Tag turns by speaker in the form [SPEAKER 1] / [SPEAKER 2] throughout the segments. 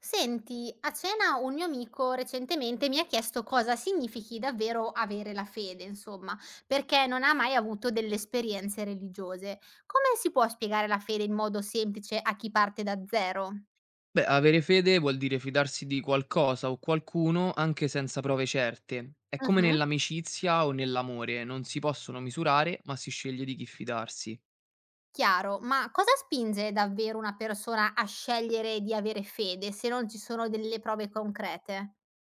[SPEAKER 1] Senti, a cena un mio amico recentemente mi ha chiesto cosa significhi davvero avere la fede, insomma, perché non ha mai avuto delle esperienze religiose. Come si può spiegare la fede in modo semplice a chi parte da zero?
[SPEAKER 2] Beh, avere fede vuol dire fidarsi di qualcosa o qualcuno anche senza prove certe. È come
[SPEAKER 1] Mhm,
[SPEAKER 2] nell'amicizia o nell'amore, non si possono misurare, ma si sceglie di chi fidarsi.
[SPEAKER 1] chiaro, ma cosa spinge davvero una persona a scegliere di avere fede se non ci sono delle prove concrete?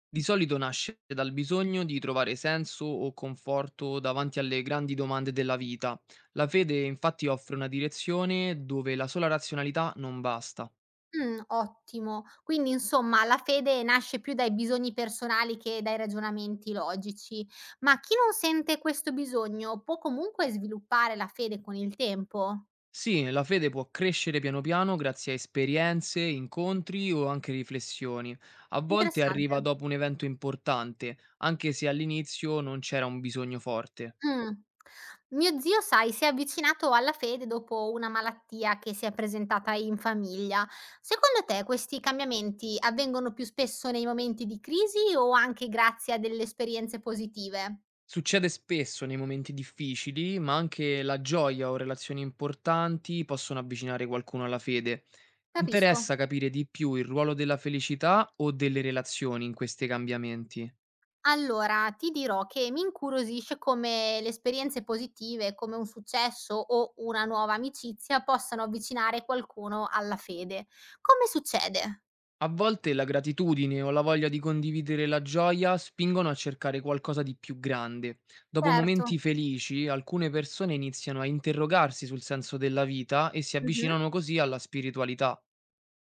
[SPEAKER 2] Di solito nasce dal bisogno di trovare senso o conforto davanti alle grandi domande della vita. La fede infatti offre una direzione dove la sola razionalità non basta.
[SPEAKER 1] Ottimo. Quindi insomma la fede nasce più dai bisogni personali che dai ragionamenti logici. Ma chi non sente questo bisogno può comunque sviluppare la fede con il tempo?
[SPEAKER 2] Sì, la fede può crescere piano piano grazie a esperienze, incontri o anche riflessioni. A volte
[SPEAKER 1] Interessante.
[SPEAKER 2] arriva dopo un evento importante, anche se all'inizio non c'era un bisogno forte.
[SPEAKER 1] Mh. Mio zio, sai, si è avvicinato alla fede dopo una malattia che si è presentata in famiglia. Secondo te questi cambiamenti avvengono più spesso nei momenti di crisi o anche grazie a delle esperienze positive?
[SPEAKER 2] Succede spesso nei momenti difficili, ma anche la gioia o relazioni importanti possono avvicinare qualcuno alla fede. Ti
[SPEAKER 1] Capisco.
[SPEAKER 2] interessa capire di più il ruolo della felicità o delle relazioni in questi cambiamenti.
[SPEAKER 1] Allora, ti dirò che mi incuriosisce come le esperienze positive, come un successo o una nuova amicizia, possano avvicinare qualcuno alla fede. Come succede?
[SPEAKER 2] A volte la gratitudine o la voglia di condividere la gioia spingono a cercare qualcosa di più grande. Dopo
[SPEAKER 1] Certo.
[SPEAKER 2] momenti felici, alcune persone iniziano a interrogarsi sul senso della vita e si
[SPEAKER 1] Mh-mh.
[SPEAKER 2] avvicinano così alla spiritualità.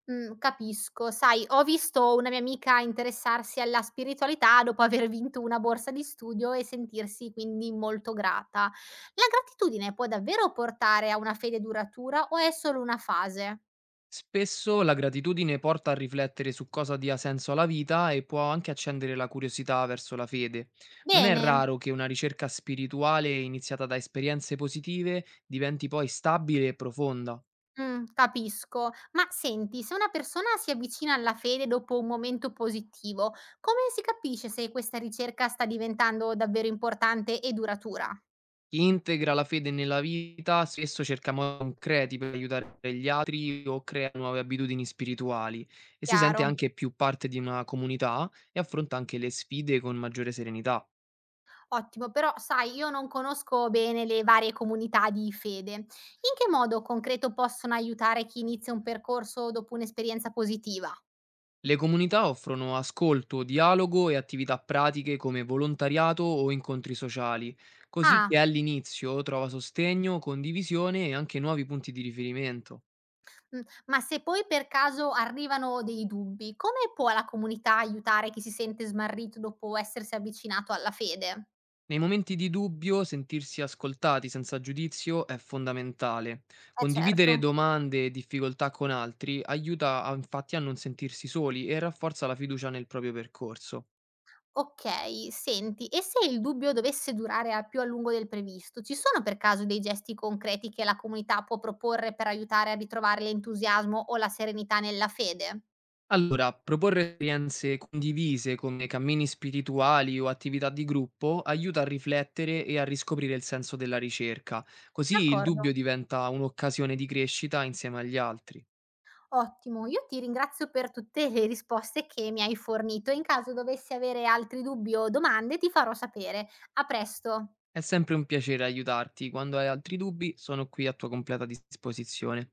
[SPEAKER 1] Capisco. Sai, ho visto una mia amica interessarsi alla spiritualità dopo aver vinto una borsa di studio e sentirsi quindi molto grata. La gratitudine può davvero portare a una fede duratura o è solo una fase?
[SPEAKER 2] Spesso la gratitudine porta a riflettere su cosa dia senso alla vita e può anche accendere la curiosità verso la fede. Non è
[SPEAKER 1] Bene.
[SPEAKER 2] raro che una ricerca spirituale iniziata da esperienze positive diventi poi stabile e profonda.
[SPEAKER 1] Capisco. Ma senti, se una persona si avvicina alla fede dopo un momento positivo, come si capisce se questa ricerca sta diventando davvero importante e duratura?
[SPEAKER 2] Chi integra la fede nella vita spesso cerca modi concreti per aiutare gli altri o crea nuove abitudini spirituali, e si sente
[SPEAKER 1] Chiaro.
[SPEAKER 2] anche più parte di una comunità e affronta anche le sfide con maggiore serenità.
[SPEAKER 1] Ottimo, però sai, io non conosco bene le varie comunità di fede. In che modo concreto possono aiutare chi inizia un percorso dopo un'esperienza positiva?
[SPEAKER 2] Le comunità offrono ascolto, dialogo e attività pratiche come volontariato o incontri sociali, così che
[SPEAKER 1] Ah,
[SPEAKER 2] all'inizio trova sostegno, condivisione e anche nuovi punti di riferimento.
[SPEAKER 1] mh, ma se poi per caso arrivano dei dubbi, come può la comunità aiutare chi si sente smarrito dopo essersi avvicinato alla fede?
[SPEAKER 2] Nei momenti di dubbio, sentirsi ascoltati senza giudizio è fondamentale.
[SPEAKER 1] Eh certo.
[SPEAKER 2] Condividere domande e difficoltà con altri infatti a non sentirsi soli e rafforza la fiducia nel proprio percorso.
[SPEAKER 1] Okay, senti, e se il dubbio dovesse durare a più a lungo del previsto, ci sono per caso dei gesti concreti che la comunità può proporre per aiutare a ritrovare l'entusiasmo o la serenità nella fede?
[SPEAKER 2] Allora, proporre esperienze condivise come cammini spirituali o attività di gruppo aiuta a riflettere e a riscoprire il senso della ricerca, così il
[SPEAKER 1] D'accordo,
[SPEAKER 2] dubbio diventa un'occasione di crescita insieme agli altri.
[SPEAKER 1] ottimo. Io ti ringrazio per tutte le risposte che mi hai fornito e in caso dovessi avere altri dubbi o domande ti farò sapere. A presto.
[SPEAKER 2] È sempre un piacere aiutarti; quando hai altri dubbi sono qui a tua completa disposizione.